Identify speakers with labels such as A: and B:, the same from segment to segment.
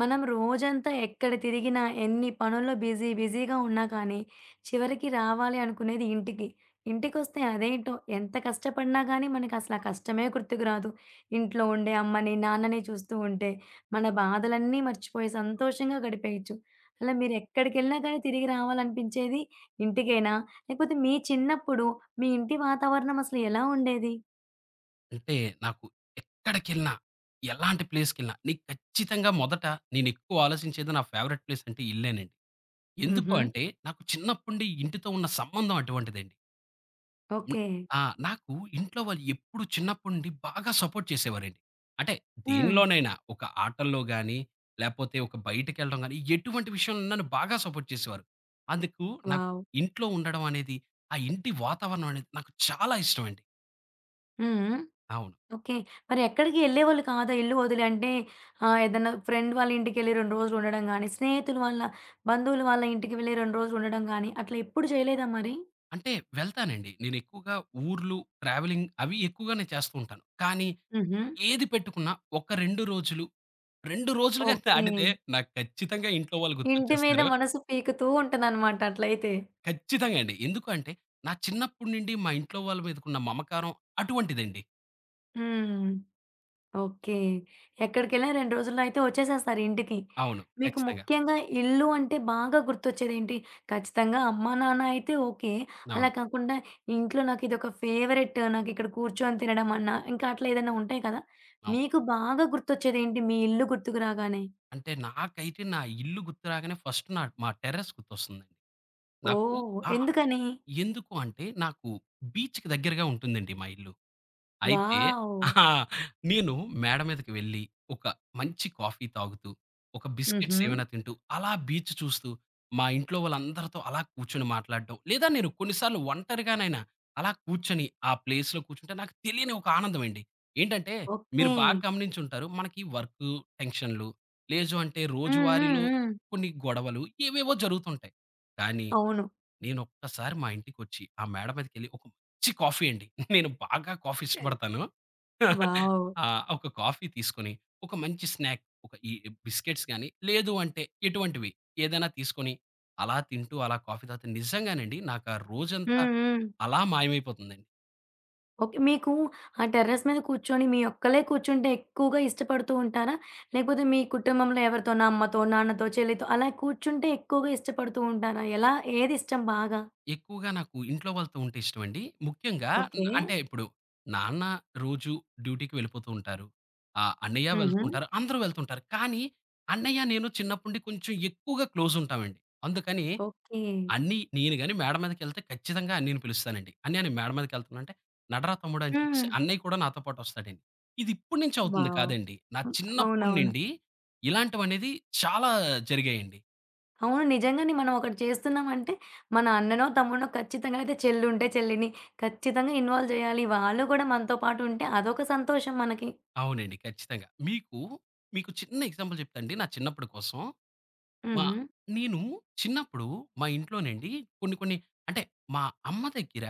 A: మనం రోజంతా ఎక్కడ తిరిగినా, ఎన్ని పనుల్లో బిజీగా ఉన్నా కానీ, చివరికి రావాలి అనుకునేది ఇంటికి. ఇంటికొస్తే అదేంటో ఎంత కష్టపడినా గానీ, మనకసల ఆ కష్టమే గుర్తుకు రాదు. ఇంట్లో ఉండే అమ్మని, నాన్నని చూస్తూ ఉంటే, మన బాధలన్నీ మర్చిపోయి సంతోషంగా గడిపేయొచ్చు. అలా మీరెక్కడికెళ్ళినా కానీ తిరిగి రావాలనిపించేది ఇంటికేనా? లేకపోతే మీ చిన్నప్పుడు మీ ఇంటి వాతావరణం అసలు ఎలా ఉండేది?
B: అంటే నాకు ఎక్కడికెళ్ళినా, ఎలాంటి ప్లేస్‌కెళ్ళినా నీకు ఖచ్చితంగా మొదట నేనెక్కువ ఆలోచించేది నా ఫేవరెట్ ప్లేస్ అంటే ఇల్లేనండి. ఎందుకు
A: హుహు.
B: అంటే నాకు చిన్నప్పుండి ఇంటితో ఉన్న సంబంధం అటువంటిదండి. హ్మ్.
A: ఓకే.
B: ఆ! నాకు ఇంట్లో వాళ్ళు ఎప్పుడు చిన్నప్పుండి బాగా సపోర్ట్ చేసేవారండి. అంటే
A: హ్మ్.
B: దేనిలోనైనా ఒక ఆటల్లో గాని, లేపోతే ఒక బయటికెళ్ళడం గాని ఎటువంటి విషయంలో నన్ను బాగా సపోర్ట్ చేసేవారు. అందుకు నాకు
A: వావ్!
B: ఇంట్లో ఉండడం అనేది, ఆ ఇంటి వాతావరణం అనేది నాకు చాలా ఇష్టమండి.
A: హ్మ్. హ్మ్.
B: అవును.
A: ఓకే. మరి ఎక్కడికి ఎళ్ళేవాళ్ళు కాదా ఇల్లు వదిలి? అంటే ఏదన్నా ఫ్రెండ్ వాళ్ళ ఇంటికెళ్ళి 2 రోజులు ఉండడం గానీ, స్నేహితులు వాళ్ళ బంధువులు వాళ్ళ ఇంటికి వెళ్ళి 2 రోజులు ఉండడం గానీ, అట్లా ఎప్పుడు చేయలేదా మరి?
B: అంటే వెళ్తానండి. నేనెక్కువగా ఊర్లు, ట్రావెలింగ్ అవి ఎక్కువగానే చేస్తూ ఉంటాను. కానీ
A: హుహు.
B: ఏది పెట్టుకున్నా ఒక 2 రోజులు, 2 రోజులు గాని
A: ఓకే.
B: దాటితే నాకు ఖచ్చితంగా ఇంట్లో వాళ్ళు
A: ఇంటి మీద
B: గుర్తొచ్చేస్తారు.
A: మనసు పీకుతూ ఉంటదనమాట అట్లయితే.
B: ఖచ్చితంగా అండి. ఎందుకు అంటే నా చిన్నప్పటి నుండి మా ఇంట్లో వాళ్ళ మీదకున్న మమకారం అటువంటిదండి.
A: హ్మ్. ఓకే. ఎక్కడికెళ్ళినా 2 రోజుల్లో అయితే వచ్చేసేస్తారు ఇంటికి.
B: అవును.
A: మీకు
B: ఖచ్చితంగా.
A: ముఖ్యంగా ఇల్లు అంటే బాగా గుర్తొచ్చేదేంటి? ఖచ్చితంగా అమ్మా, నాన్న అయితే ఓకే. అలా
B: అవును.
A: కాకుండా ఇంట్లో నాకిదొక ఫేవరెట్, నాకిక్కడ కూర్చొని తినడం అన్నా, ఇంకా అట్లా ఏదైనా ఉంటాయి కదా!
B: అవును.
A: మీకు బాగా గుర్తొచ్చేదేంటి మీ ఇల్లు గుర్తుకు రాగానే?
B: అంటే నాకైతే నా ఇల్లు గుర్తు రాగానే ఫస్ట్ నా మా టెర్రస్ గుర్తొస్తుందండి. నాకు
A: ఓహ్!
B: ఆ!
A: ఎందుకని?
B: ఎందుకు అంటే నాకు బీచ్‌కి దగ్గరగా ఉంటుందండి మా ఇల్లు. అయితే
A: వావ్!
B: ఆహా, నేను మేడ మీదకి వెళ్ళి, ఒక మంచి కాఫీ తాగుతూ, ఒక
A: హుహు.
B: బిస్కెట్స్ ఏమైనా తింటూ, అలా బీచ్ చూస్తూ, మా ఇంట్లో వాళ్ళందరితో అలా కూర్చొని మాట్లాడడం, లేదా నేను కొన్నిసార్లు ఒంటరిగానైనా అలా కూర్చొని, ఆ ప్లేస్‌లో కూర్చుంటే నాకు తెలియని ఒక ఆనందం అండి. ఏంటంటే,
A: ఓకే.
B: మీరు బాగా గమనించుంటారు. మనకి వర్కు టెన్షన్‌లు, లేదు అంటే
A: హ్మ్. హ్మ్.
B: రోజువారీలో
A: హ్మ్.
B: కొన్ని గొడవలు ఏవేవో జరుగుతుంటాయి. కానీ,
A: అవును.
B: నేనొక్కసారి మా ఇంటికొచ్చి, ఆ మేడ మీదకెళ్ళి ఒక మంచి కాఫీ అండి. నేను బాగా కాఫీ ఇష్టపడతాను.
A: వావ్!
B: ఆ! ఒక కాఫీ తీసుకొని, ఒక మంచి స్నాక్ ఒక ఈ బిస్కెట్స్ గాని, లేదు అంటే ఎటువంటివి ఏదైనా తీసుకొని, అలా తింటూ, అలా కాఫీ తాగుతూ నిజంగానండి నాకా రోజంతా
A: హ్మ్. హ్మ్.
B: అలా మాయమైపోతుందండి.
A: ఓకే. మీకు ఆ టెర్రస్ మీద కూర్చొని మీ ఒక్కలే కూర్చుంటే ఎక్కువగా ఇష్టపడుతూ ఉంటారా? లేకపోతే మీ కుటుంబంలో ఎవరితోనో అమ్మతో, నాన్నతో, చెల్లితో అలా కూర్చుంటే ఎక్కువగా ఇష్టపడుతూ ఉంటారా? ఎలా ఏది ఇష్టం బాగా?
B: ఎక్కువగా నాకు ఇంట్లో వాళ్ళతో ఉంటే ఇష్టమండి. ముఖ్యంగా
A: ఓకే.
B: అంటే ఇప్పుడు నాన్న రోజు డ్యూటీకి వెళ్ళిపోతూ ఉంటారు. అన్నయ్య వెళ్తూ
A: హుహు.
B: ఉంటారు. అందరూ వెళ్తుంటారు. కానీ అన్నయ్య, నేను చిన్నప్పటి నుండి కొంచెం ఎక్కువగా క్లోజ్ ఉంటామండి. అందుకని
A: ఓకే.
B: అన్నీ నేను గాని మేడ మీదకెళ్తే ఖచ్చితంగా అన్నయ్యని పిలుస్తానండి. "అన్నయ్య నేను మేడ మీదకెళ్తున్నా" అంటే, "నడరా తమ్ముడు" అని చెప్పేసి
A: హ్మ్.
B: అన్నయ్య కూడా నాతో పాటొస్తాడండి. ఇది ఇప్పటి నుంచి అవుతుంది
A: వావ్!
B: కాదండి. నా
A: హ్మ్.
B: చిన్నప్పటి
A: అవునవును.
B: నుండి ఇలాంటివనేది చాలా జరిగాయండి.
A: అవును. నిజంగానే మనం ఒకటి చేస్తున్నామంటే మన అన్ననో, తమ్ముడినో ఖచ్చితంగా అయితే చెల్లుంటే చెల్లిని ఖచ్చితంగా ఇన్వాల్వ్ చేయాలి. వాళ్ళు కూడా మనతో పాటు ఉంటే అదొక సంతోషం మనకి.
B: అవునండి. ఖచ్చితంగా. మీకు చిన్న ఎగ్జాంపుల్ చెప్తా అండి నా చిన్నప్పుడు కోసం. మా
A: హుహు.
B: నేను చిన్నప్పుడు మా ఇంట్లోనండి కొన్ని కొన్ని అంటే మా అమ్మ దగ్గర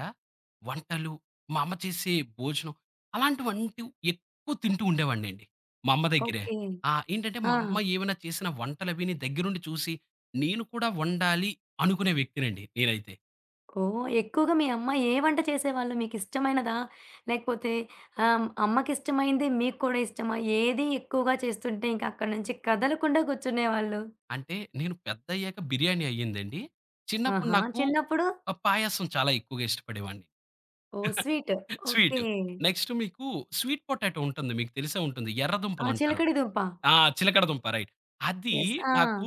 B: వంటలు, మా అమ్మ చేసే భోజనం అలాంటివంటివి ఎక్కువ తింటూ ఉండేవాడినండి. మా అమ్మ దగ్గరే.
A: ఓకే.
B: ఏంటంటే మా
A: ఆ!
B: అమ్మ ఏమైనా చేసిన వంటలవిని దగ్గరుండి చూసి, నేను కూడా వండాలి అనుకునే వ్యక్తినండి నేనైతే.
A: ఓహ్! ఎక్కువగా మీ అమ్మ ఏ వంట చేసేవాళ్ళు? మీకిష్టమైనదా? లేకపోతే అమ్మకిష్టమైంది మీకు కూడా ఇష్టమా? ఏది ఎక్కువగా చేస్తుంటే ఇంక అక్కడి నుంచి కదలకుండా కూర్చునేవాళ్ళు?
B: అంటే నేను పెద్దయ్యాక బిర్యానీ అయ్యిందండి. చిన్నప్పుడు
A: ఆహా!
B: నాకు
A: చిన్నప్పుడు?
B: పాయాసం చాలా ఎక్కువగా ఇష్టపడేవాడిని.
A: Oh! Sweet. Okay.
B: Sweet. Next మీకు స్వీట్ పొటాటో ఉంటుంది. మీకు తెలిసే ఉంటుంది.
A: ఆ!
B: ఎర్రదుంపలంటారు.
A: చిలకడ దుంప.
B: ఆ! చిలకడ దుంప రైట్. అది
A: యెస్. ఆ!
B: నాకు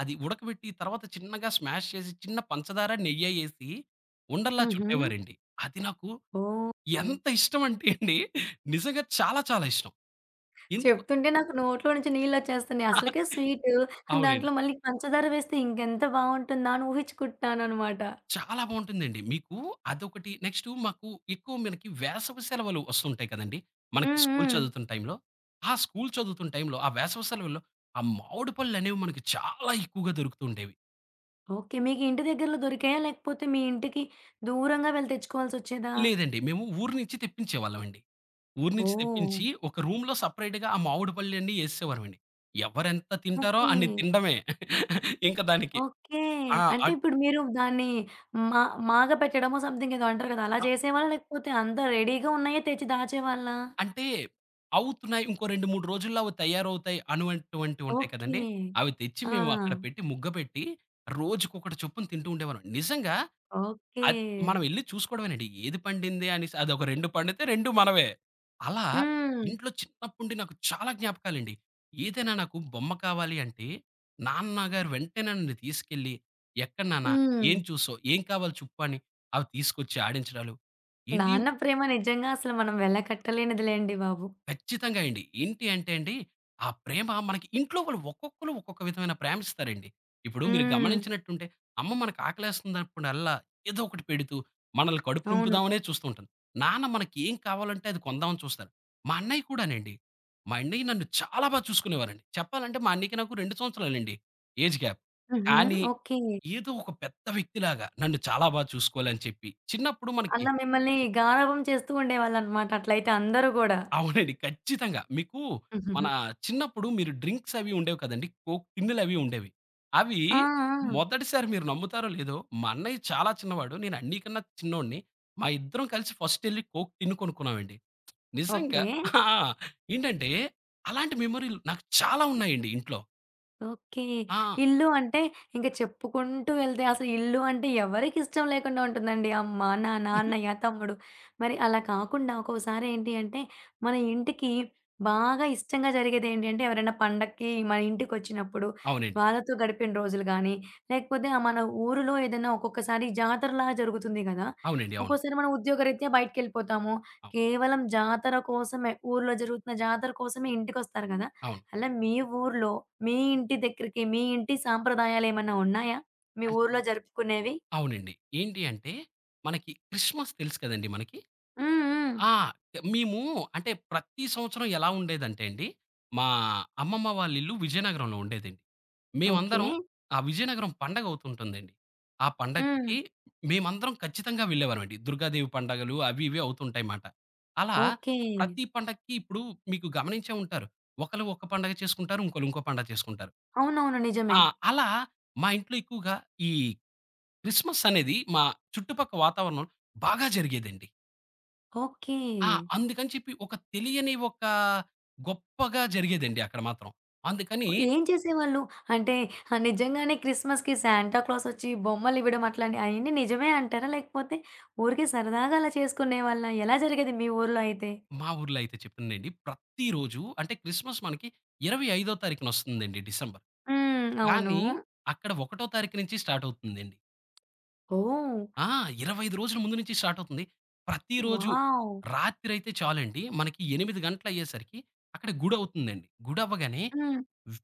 B: అది ఉడకబెట్టి తర్వాత చిన్నగా స్మాష్ చేసి చిన్న పంచదార, నెయ్యేసి ఉండల్లా
A: హుహు.
B: చుట్టేవారండి. అది నాకు
A: ఓహ్!
B: ఎంత ఇష్టమంటే అండి నిజంగా చాలా చాలా ఇష్టం. ఎందుకు
A: చెప్తుంటే నాకు నోట్లో నుంచి నీళ్ళొచ్చేస్తున్నాయి. అసలకే స్వీటు,
B: అవునండి.
A: దాంట్లో మళ్ళీ పంచదార వేస్తే ఇంకెంత బావుంటుందా అని ఊహించుకుంటున్నాననమాట.
B: చాలా బావుంటుందండి. అదొకటి నెక్స్టు మాకు ఎక్కువ మనకి వేసవి సెలవులు వస్తుంటాయి కదండీ! మనకి
A: హ్మ్.
B: స్కూల్
A: హ్మ్.
B: చదువుతున్న టైంలో. ఆ స్కూల్ చదువుతున్న టైంలో ఆ వేసవి సెలవుల్లో ఆ మామిడి పళ్ళనేవి మనకి చాలా ఎక్కువగా దొరుకుతూ ఉండేవి.
A: ఓకే. మీకు ఇంటి దగ్గరలో దొరికాయా? లేకపోతే మీ ఇంటికి దూరంగా వెళ్లి తెచ్చుకోవాల్సొచ్చేదా?
B: లేదండి. మేము ఊరు నుంచి తెప్పించేవాళ్ళమండి. ఊరు నుంచి
A: ఓహ్!
B: తెప్పించి ఒక రూమ్‌లో సెపరేట్‌గా ఆ మామిడి పళ్ళన్నీ ఏసేసేవారమండి. ఎవరెంత తింటారో
A: ఓకే.
B: అన్ని తినడమే. ఇంక దానికి
A: ఓకే.
B: ఆ!
A: అంటే
B: అట్
A: ఇప్పుడు మీరు దాన్ని మా మాగపెట్టడమో సంథింగ్ ఏదో అంటారు కదా! అలా
B: అ
A: చేసేవాళ్ళా? లేకపోతే అంతా రెడీగా ఉన్నాయే తెచ్చి దాచేవాళ్ళా?
B: అంటే అవుతున్నాయి. ఇంకో 2, 3 రోజుల్లో అవి తయారవుతాయి అనేటువంటివి ఉంటాయి
A: ఓకే.
B: కదండీ! అవి తెచ్చి
A: ఆ!
B: మేము అక్కడ పెట్టి ముగ్గ పెట్టి రోజుకొకటి చొప్పున తింటూ ఉండేవాళ్ళం. నిజంగా
A: ఓకే.
B: అద్ మనం ఎళ్లి చూసుకోవడమేనండి. ఏది పండింది అనేసి అదొక 2 పండితే 2 మనవే. అలా
A: హ్మ్.
B: ఇంట్లో చిన్నప్పుండి నాకు చాలా జ్ఞాపకాలండి. ఏదైనా నాకు బొమ్మ కావాలి అంటే, నాన్నగారు వెంటనే నన్ను తీసుకెళ్ళి, "ఎక్కడ నాన్న?
A: హ్మ్.
B: ఏం చూసావు? ఏం కావాలి చెప్పు" అని అవి తీసుకొచ్చి ఆడించడాలు. "ఏంటి
A: నాన్న ప్రేమ నిజంగా అసలు మనం వెల్లకట్టలేనిదిలేండి బాబు.
B: ఖచ్చితంగా అండి. ఏంటి అంటే అండి, ఆ ప్రేమ మనకి ఇంట్లో వాళ్ళు ఒక్కొక్కళ్ళు ఒక్కొక్క విధమైన ప్రేమిస్తారండి. ఇప్పుడు మీరు
A: హ్మ్.
B: గమనించినట్టుంటే, అమ్మ మనకు ఆకలేస్తుందనుకున్నల్లా ఏదో ఒకటి పెడుతూ, మనల్ని కడుపు
A: అవును.
B: నింపుదామనే చూస్తూ ఉంటుంది. నాన్న మనకి ఏం కావాలంటే అది కొందామని చూస్తారు. మా అన్నయ్య కూడానండి. మా అన్నయ్య నన్ను చాలా బాగా చూసుకునేవారండి. చెప్పాలంటే మా అన్నయ్యకి నాకు 2 సంవత్సరాలండి ఏజ్ గ్యాప్.
A: హుహు.
B: కానీ,
A: ఓకే.
B: ఏదో ఒక పెద్ద వ్యక్తిలాగా నన్ను చాలా బాగా చూసుకోవాలని చెప్పి, చిన్నప్పుడు మనకి
A: అలా మిమ్మల్ని గారాబం చేస్తూ ఉండేవాళ్ళనమాట అట్లయితే అందరూ గూడా.
B: అవునండి. ఖచ్చితంగా. మీకు మన చిన్నప్పుడు మీరు డ్రింక్స్ అవి ఉండేవి కదండీ! కోక్ టిన్నులవి ఉండేవి. అవి
A: ఆ! ఆ!
B: మొదటిసారి మీరు నమ్ముతారో లేదో మా అన్నయ్య చాలా చిన్నవాడు. నేను అన్నికన్నా చిన్నోడిని. మా ఇద్దరం కలిసి ఫస్ట్ ఎళ్లి కోక్ టిన్ను కొనుక్కున్నామండి. నిజంగా
A: ఓకే.
B: ఆ! ఏంటంటే అలాంటి మెమోరీలు నాకు చాలా ఉన్నాయండి ఇంట్లో.
A: ఓకే.
B: ఆ!
A: ఇల్లు అంటే ఇంక చెప్పుకుంటూ వెళ్తే అసలు ఇల్లు అంటే ఎవరికిష్టం లేకుండా ఉంటుందండి. అమ్మ, నాన్న, అన్నయ్య, తమ్ముడు. మరి అలా కాకుండా ఒక్కోసారి ఏంటి అంటే మన ఇంటికి బాగా ఇష్టంగా జరిగేదేంటి అంటే ఎవరైనా పండక్కి మన ఇంటికొచ్చినప్పుడు
B: అవునండి.
A: వాళ్ళతో గడిపిన రోజులు గానీ, లేకపోతే మన ఊరిలో ఏదైనా ఒక్కొక్కసారి జాతరలా జరుగుతుంది గదా!
B: అవునండి. అవును.
A: ఒక్కోసారి మనం ఉద్యోగరీత్యా బయటికెళ్ళిపోతాము.
B: అవును.
A: కేవలం జాతర కోసమే ఊర్లో జరుగుతున్న జాతర కోసమే ఇంటికొస్తారు గదా!
B: అవును.
A: అలా మీ ఊర్లో, మీ ఇంటి దగ్గరికి, మీ ఇంటి సాంప్రదాయాలేమన్నా ఉన్నాయా? మీ
B: అన్
A: ఊర్లో జరుపుకునేవి?
B: అవునండి. ఏంటి అంటే మనకి క్రిస్మస్ తెలుసు కదండీ మనకి!
A: హ్మ్. హ్మ్.
B: ఆ! మేము అంటే ప్రతి సంవత్సరం ఎలా ఉండేదంటే అండి, మా అమ్మమ్మ వాళ్ళ ఇల్లు విజయనగరంలో ఉండేదండి.
A: ఓకే.
B: మేమందరం ఆ విజయనగరం పండగ అవుతుంటుందండి. ఆ
A: హ్మ్.
B: పండగకి మేమందరం ఖచ్చితంగా వెళ్ళేవారమండి. దుర్గాదేవి పండగలు అవి ఇవి అవుతుంటాయి మాట. అలా
A: ఓకే.
B: ప్రతి పండక్కి ఇప్పుడు మీకు గమనించే ఉంటారు. ఒకళ్ళు ఒక పండగ చేసుకుంటారు. ఇంకోళ్ళు ఇంకో పండగ చేసుకుంటారు.
A: అవునవును. నిజమే.
B: ఆ! అలా మా ఇంట్లో ఎక్కువగా ఈ క్రిస్మస్ అనేది మా చుట్టుపక్క వాతావరణంలో బాగా జరిగేదండి.
A: ఓకే.
B: ఆ! అందుకని చెప్పి ఒక తెలియని ఒక గొప్పగా జరిగేదండి అక్కడ మాత్రం. అందుకని
A: ఏం చేసేవాళ్ళు? అంటే నిజంగానే క్రిస్మస్‌కి శాంటా క్లాసొచ్చి బొమ్మలివ్వడం అట్లాంటి అయన్నీ నిజమే అంటారా? లేకపోతే ఊరికే సరదాగా అలా చేసుకునేవాళ్ళా? ఎలా జరిగేది మీ ఊర్లో అయితే?
B: మా ఊర్లో అయితే చెప్పండండి ప్రతిరోజు అంటే క్రిస్మస్ మనకి 25 తారీఖునొస్తుందండి డిసెంబర్.
A: హ్మ్. అవును.
B: కానీ అక్కడ 1 తారీఖు నుంచి స్టార్ట్ అవుతుందండి.
A: ఓహ్!
B: ఆ! 25 రోజుల ముందు నుంచి స్టార్ట్ అవుతుంది. ప్రతిరోజు
A: వావ్!
B: రాత్రయితే చాలండి మనకి 8 గంటలయ్యేసరికి అక్కడ గుడవుతుందండి. గుడవ్వగానే
A: హ్మ్.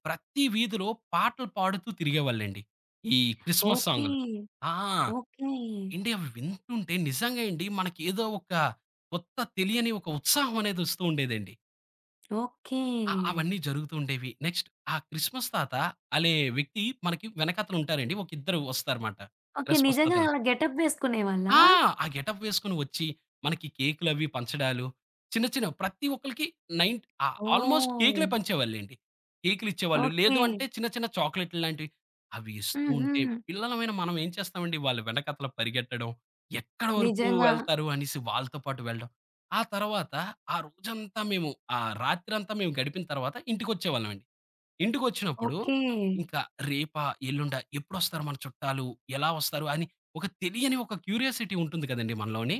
B: ప్రతి వీధిలో పాటలు పాడుతూ తిరిగేవాళ్ళండి. ఈ క్రిస్మస్
A: ఓకే.
B: సాంగులు. ఆ!
A: ఓకే.
B: ఏండి అవి వింటుంటే నిజంగా అండి మనకేదో ఒక కొత్త తెలియని ఒక ఉత్సాహం అనేది వస్తూ ఉండేదండి.
A: ఓకే.
B: అవన్నీ జరుగుతూ ఉండేవి. నెక్స్ట్ ఆ క్రిస్మస్ తాత అలే వ్యక్తి మనకి వెనకాతల ఉంటారండి. ఒక ఇద్దరు వస్తారమాట.
A: ఓకే.
B: క్రిస్మస్
A: నిజంగా
B: తాతలు.
A: అలా గెటప్ వేసుకునేవాళ్ళా?
B: ఆ! ఆ గెటప్ వేసుకొని వచ్చి, మనకి కేకులవి పంచడాలు, చిన్న చిన్న ప్రతి ఒక్కళ్ళకి నైన్ ఆ! Almost
A: oh!
B: కేకులే పంచేవాళ్ళండి. కేకులిచ్చేవాళ్ళు.
A: ఓకే.
B: లేదు అంటే చిన్న చిన్న చాక్లెట్లు లాంటివి అవి ఇస్తూ ఉంటే,
A: హుహు.
B: పిల్లలమైన మనం ఏం చేస్తామండి వాళ్ళ వెనకతల పరిగెట్టడం, ఎక్కడి వరకు
A: నిజంగా.
B: వెళ్తారు అనేసి వాళ్ళతో పాటు వెళ్ళడం. ఆ తర్వాత ఆ రోజంతా మేము ఆ రాత్రంతా మేము గడిపిన తర్వాత ఇంటికొచ్చేవాళ్ళమండి. ఇంటికొచ్చినప్పుడు
A: ఓకే.
B: ఇంకా రేపా? ఎల్లుండా? ఎప్పుడొస్తారు మన చుట్టాలు? ఎలా వస్తారు? అని ఒక తెలియని ఒక క్యూరియాసిటీ ఉంటుంది కదండీ మనలోని.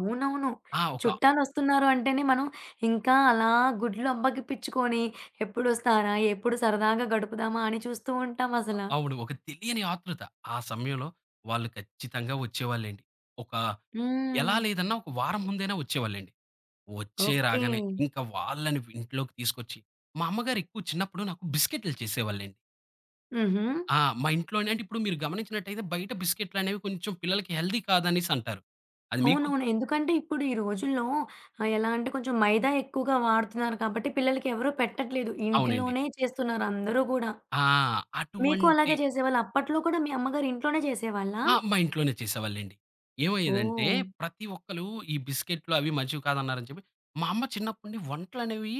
A: అవునవును.
B: ఆ! ఒక
A: చుట్టాలొస్తున్నారు అంటేనే మనం ఇంకా అలా గుడ్లు అప్పగిపించుకొని ఎప్పుడొస్తారా? ఎప్పుడు సరదాగా గడుపుదామా? అని చూస్తూ ఉంటామసల.
B: అవును. ఒక తెలియని ఆతృత. ఆ సమయంలో వాళ్ళు ఖచ్చితంగా వచ్చేవాళ్ళండి. ఒక
A: హ్మ్.
B: ఎలా లేదన్నా ఒక వారం ముందైనా వచ్చేవాళ్ళండి. వచ్చే
A: ఓకే.
B: రాగానే ఇంకా వాళ్ళని ఇంట్లోకి తీసుకొచ్చి మా అమ్మగారు ఎక్కువ చిన్నప్పుడు నాకు బిస్కెట్‌లు చేసేవాళ్ళండి.
A: హుహు.
B: ఆ! మా ఇంట్లోనే అంటే ఇప్పుడు మీరు గమనించినట్టయితే బయట బిస్కెట్‌లనేవి కొంచెం పిల్లలకి హెల్తీ కాదనేసి అంటారు. అది మీకు
A: అవునవును. ఎందుకంటే ఇప్పుడు ఈ రోజుల్లో ఎలా అంటే కొంచెం మైదా ఎక్కువగా వాడుతున్నారు కాబట్టి పిల్లలకి ఎవరు పెట్టట్లేదు.
B: అవునండి.
A: ఇంటిలోనే చేస్తున్నారు అందరూ గూడా.
B: ఆ!
A: మీకు
B: అటువంటి
A: అలాగే చేసేవాళ్ళా? అప్పట్లో కూడా మీ అమ్మగారు ఇంట్లోనే చేసేవాళ్ళా?
B: ఆ! మా ఇంట్లోనే చేసేవాళ్ళండి. ఏమయ్యేదంటే
A: ఓహ్!
B: ప్రతి ఒక్కళ్ళు ఈ బిస్కెట్‌లు అవి మంచివి కాదన్నారని చెప్పి, మా అమ్మ చిన్నప్పటి నుండి వంటలనేవి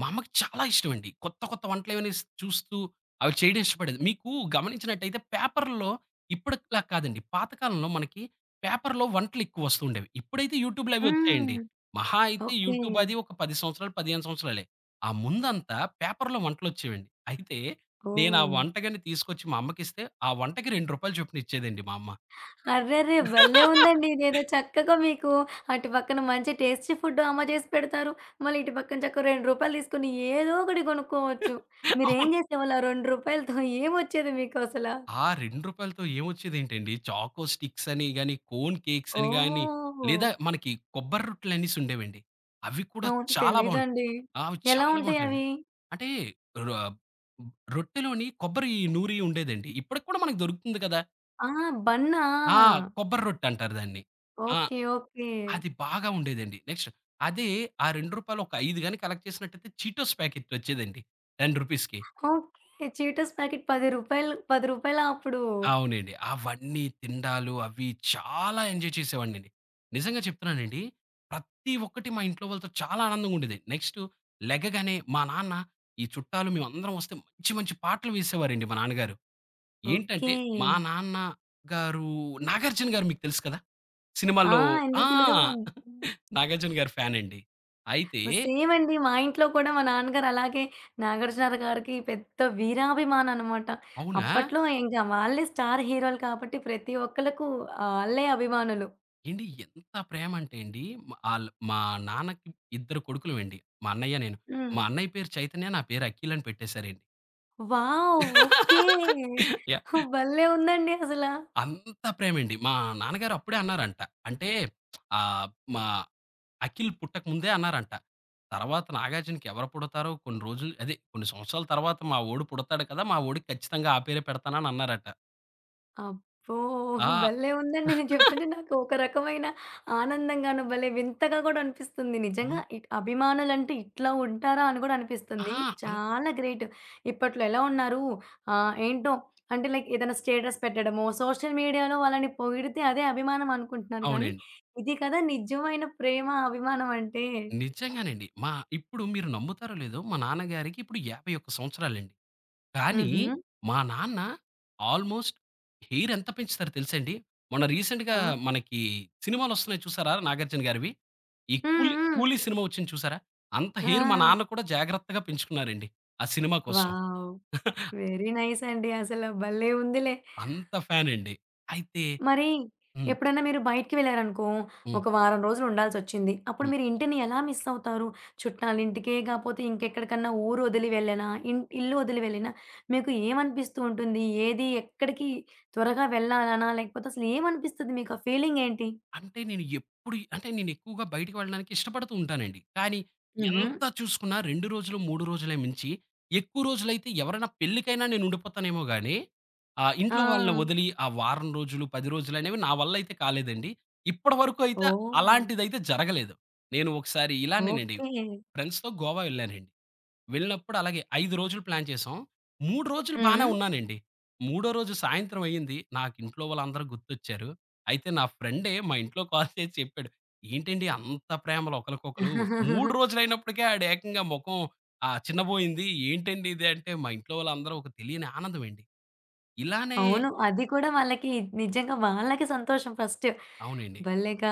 B: మా అమ్మకి చాలా ఇష్టమండి. కొత్త కొత్త వంటలేవని స్ చూస్తూ అవి చేయడం ఇష్టపడేది. మీకు గమనించినట్టయితే పేపర్‌లో ఇప్పటిలా కాదండి. పాతకాలంలో మనకి పేపర్‌లో వంటలు ఎక్కువ వస్తుండేవి. ఇప్పుడైతే యూట్యూబ్‌లు అవి వచ్చాయండి.
A: హ్మ్.
B: మహా అయితే
A: ఓకే.
B: యూట్యూబ్ అది ఒక 10 సంవత్సరాలు, 15 సంవత్సరాలే. ఆ ముందంతా పేపర్‌లో వంటలొచ్చేవండి. అయితే నేను ఆ
A: ఓహ్!
B: వంటకాన్ని తీసుకొచ్చి మా అమ్మకిస్తే, ఆ వంటకి రూ. 2 చొప్పున ఇచ్చేదండి మా అమ్మ.
A: అర్రెర్రే! భలే ఉందండి. ఇదేదో చక్కగా మీకు అటు పక్కన మంచి టేస్టీ ఫుడ్ అమ్మ చేసి పెడతారు. మళ్ళీ ఇటు పక్కన చక్కగా రూ. 2 తీసుకొని ఏదో ఒకటి కొనుక్కోవచ్చు. మీరేం
B: అవును.
A: చేసేవాళ్ళు ఆ రూ. 2తో ఏమొచ్చేది మీకు అసలా?
B: ఆ రూ. 2తో ఏమొచ్చేదేంటండి, చాకో స్టిక్స్ అని గాని, కోన్ కేక్స్ అని గాని,
A: ఓహ్!
B: లేదా మనకి కొబ్బరి రొట్టెలనేసి ఉండేవండి. అవి కూడా
A: అవును.
B: చాలా బావుం
A: తెలీదండి.
B: ఆ! అవి
A: ఎలా
B: చాలా బావుంటాయండి.
A: ఉంటాయవి?
B: అంటే ర రొట్టెలోని కొబ్బరి నూరి ఉండేదండి. ఇప్పటికి కూడా మనకు దొరుకుతుంది కదా!
A: ఆ! బన్నా?
B: ఆ! కొబ్బరి రొట్టెంటారు దాన్ని. ఆ!
A: ఓకే. ఓకే.
B: అది బాగా ఉండేదండి. నెక్స్ట్ అదే ఆ రూ. 2 ఒక 5 గాని కలెక్ట్ చేసినట్టయితే చీటోస్ ప్యాకెటొచ్చేదండి. రూ. 10కి.
A: ఓకే. చీటోస్ ప్యాకెట్ రూ. 10 రూ. 10 అప్పుడు.
B: అవునండి. అవన్నీ తినడాలు అవి చాలా ఎంజాయ్ చేసేవాడినండి. నిజంగా చెప్తున్నానండి. ప్రతి ఒక్కటి మా ఇంట్లో వాళ్ళతో చాలా ఆనందంగా ఉండేది. నెక్స్ట్ లెగగానే మా నాన్న ఈ చుట్టాలు మేమందరం వస్తే మంచి మంచి పాటలు వేసేవారండి మా నాన్నగారు.
A: ఓకే.
B: ఏంటంటే మా నాన్న గారు 'నాగార్జున' గారు మీకు తెలుసు కదా!
A: ఆ!
B: సినిమాల్లో ఆ!
A: ఎందుకు తెలీదు.
B: 'నాగార్జున' గారి ఫ్యానండి. అయితే
A: సేమ్ అండి. మా ఇంట్లో కూడా మా నాన్నగారు అలాగే 'నాగార్జున' గారికి పెద్ద వీరాభిమాని అనమాట.
B: అవునా!
A: అప్పట్లో ఇంకా వాళ్ళే స్టార్ హీరోలు కాబట్టి ప్రతి ఒక్కళ్ళకు ఆళ్ళే అభిమానులు.
B: ఏండి ఎంత ప్రేమ అంటే అండి మ ఆళ్ళు మా నాన్నకి ఇద్దరు కొడుకులమండి. మా అన్నయ్య, నేను.
A: హ్మ్.
B: మా అన్నయ్య పేరు చైతన్య. నా పేరు అఖిల్ అని పెట్టేసారండి.
A: వావ్! ఓకే.
B: యాహ్!
A: భలే ఉందండి అసల.
B: అంత ప్రేమండి. మా నాన్నగారు అప్పుడే అన్నారంట. అంటే ఆహ్, మా అఖిల్ పుట్టక ముందే అన్నారంట. తర్వాత నాగార్జునకి ఎవరు పుడతారో కొన్ని రోజులు అదే కొన్ని సంవత్సరాల తర్వాత మా వోడు పుడతాడు కదా! మా వోడికి ఖచ్చితంగా ఆ పేరే పెడతానని అన్నారట.
A: అబ్బో!
B: ఆ!
A: భలే ఉందండి. నేను చెప్తుంటే నాకు ఒక రకమైన ఆనందంగాను, భలే వింతగా గూడా అనిపిస్తుంది. నిజంగా
B: అవును.
A: ఇట్ అభిమానులంటే ఇట్లా ఉంటారా? అని గూడా
B: ఆ!
A: అనిపిస్తుంది.
B: అన్
A: చాలా గ్రేట్. ఇప్పట్లో ఎలా ఉన్నారు? ఏంటో అంటే లైక్ ఏదైనా స్టేటస్ పెట్టడమో, సోషల్ మీడియాలో వాళ్ళని పొగిడితే అదే అభిమానం అనుకుంటున్నారు కానీ,
B: అవునండి.
A: ఇది కదా నిజమైన ప్రేమ, అభిమానం అంటే.
B: నిజంగానండి. ఇప్పుడు మీరు నమ్ముతారో లేదో మా నాన్నగారికి ఇప్పుడు 51 సంవత్సరాలండి. కానీ
A: హుహు.
B: మా నాన్న ఆల్‌మోస్ట్ హెయిర్ ఎంత పెంచుతారో తెలుసా అండి? మొన్న రీసెంట్‌గా
A: ఆ!
B: మనకి సినిమాలొస్తున్నాయి చూసారా 'నాగార్జున' గారివి? ఈ
A: హ్మ్. హ్మ్.
B: 'కూలీ' సినిమా వచ్చింది చూసారా? అంత హెయిర్ మా నాన్న
A: ఆ!
B: కూడా జాగ్రత్తగా పెంచుకున్నారండి. ఆ సినిమా కోసం.
A: వావ్! వెరీ నైస్ అండి. అసలు భలే ఉందిలే.
B: అంత ఫ్యానండి. అయితే
A: మరి
B: హ్మ్.
A: ఎప్పుడైనా మీరు బయటికి వెళ్లారనుకో,
B: హ్మ్.
A: ఒక వారం రోజులు ఉండాల్సొచ్చింది. అప్పుడు మీరు ఇంటిని ఎలా మిస్ అవుతారు? చుట్టాలింటికే కాపోతే ఇంకెక్కడికన్నా ఊరు వదిలి వెళ్ళినా, ఇల్లు వదిలి వెళ్ళినా మీకు ఏమనిపిస్తూ ఉంటుంది? ఏది ఎక్కడికి త్వరగా వెళ్ళాలనా? లేకపోతే అసలు ఏమనిపిస్తది మీకు? ఆ ఫీలింగ్ ఏంటి?
B: అంటే నేను ఎప్పుడు అంటే నేను ఎక్కువగా బయటికి వెళ్ళడానికి ఇష్టపడుతూ ఉంటానండి. కానీ
A: హుహు.
B: ఎంత చూసుకున్నా 2 రోజులు, 3 రోజులే మించి ఎక్కువ రోజులైతే ఎవరైనా పెళ్ళికైనా నేను ఉండిపోతానేమో గానీ,
A: ఆ!
B: ఇంట్లో వాళ్ళని వదిలి ఆ వారం రోజులు, 10 రోజులనేవి నా వల్లైతే కాలేదండి. ఇప్పటి వరకు అయితే
A: ఓహ్!
B: అలాంటిదైతే జరగలేదు. నేను ఒకసారి ఇలానేనండి
A: ఓకే.
B: ఫ్రెండ్స్‌తో గోవా వెళ్ళానండి. వెళ్ళినప్పుడు అలాగే 5 రోజులు ప్లాన్ చేసాం. 3 రోజులు బానే
A: హ్మ్.
B: ఉన్నానండి. మూడో రోజు సాయంత్రం అయింది. నాకు ఇంట్లో వాళ్ళందరూ గుర్తొచ్చారు. అయితే నా ఫ్రెండే మా ఇంట్లో కాల్ చేసి చెప్పాడు. "ఏంటండి అంత ప్రేమలు ఒకళ్ళకొకళ్ళు 3 రోజులైనప్పటికే ఆడు ఏకంగా మొఖం చిన్నబోయింది. ఏంటండి ఇది" అంటే మా ఇంట్లో వాళ్ళందరూ ఒక తెలియని ఆనందం అండి. ఇలానే
A: అవును. అది కూడా వాళ్ళకి నిజంగా వాళ్ళకి సంతోషం ఫస్ట్.
B: అవునండి.
A: భలేగా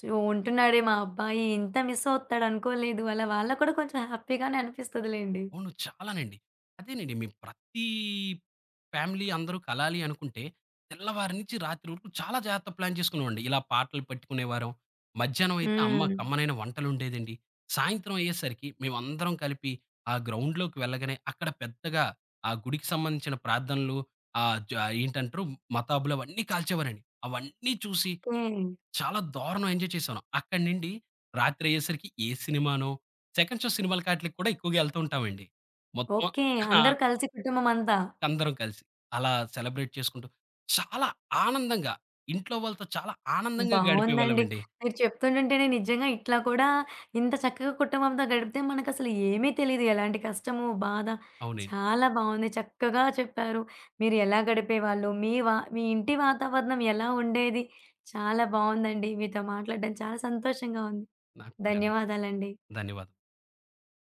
A: ఉంటున్నాడే మా అబ్బాయి, ఇంత మిస్ అవుతాడు అనుకోలేదు. అలా వాళ్ళకి కూడా కొంచెం హ్యాపీగానే అనిపిస్తదిలెండి.
B: అవును. చాలానండి. అదేనండి మేము ప్రతి ఫ్యామిలీ అందరూ కలాలి అనుకుంటే, తెల్లవారి నుంచి రాత్రి వరకు చాలా జాగ్రత్త ప్లాన్ చేసుకునేవాడిని. ఇలా పాటలు పెట్టుకునేవారం. మధ్యాహ్నం అయితే అమ్మ
A: హ్మ్.
B: కమ్మనైన వంటలొండేదండి. సాయంత్రం అయ్యేసరికి మేమందరం కలిపి ఆ గ్రౌండ్‌లోకి వెళ్ళగానే అక్కడ పెద్దగా ఆ గుడికి సంబంధించిన ప్రార్థనలు ఆహ్, జ ఏంటంటారు మతాబులు అవన్నీ కాల్చేవారండి. అవన్నీ చూసి
A: ఓకే.
B: చాలా దారుణం ఎంజాయ్ చేశాను. అక్కడి నుండి రాత్రి అయ్యేసరికి ఏ సినిమానో, సెకండ్ షో సినిమాలకి ఆటిలకి కూడా ఎక్కువగా ఎళ్తూ ఉంటామండి. మొత్తం
A: ఓకే.
B: ఆ!
A: అందరూ కలిసి కుటుంబం అంతా.
B: అందరం కలిసి. అలా సెలబ్రేట్ చేసుకుంటూ చాలా ఆనందంగా ఇంట్లో వాళ్ళతో చాలా ఆనందంగా
A: బావుందండి.
B: గడిపేవాళ్ళమండి.
A: మీరు చెప్తుంటుంటేనే నిజంగా ఇట్లా కూడా ఇంత చక్కగా కుటుంబంతో గడిపితే మనకసలు ఏమీ తెలీదు. ఎలాంటి కష్టము, బాధ
B: అవునండి.
A: చాలా బావుంది. చక్కగా చెప్పారు. మీరు ఎలా గడిపేవాళ్ళు, మీ మీ ఇంటి వాతావరణం ఎలా ఉండేది? చాలా బావుందండి. మీతో మాట్లాడడం చాలా సంతోషంగా ఉంది.
B: నాకు కూడానండి.
A: ధన్యవాదాలండి.
B: ధన్యవాదాలు.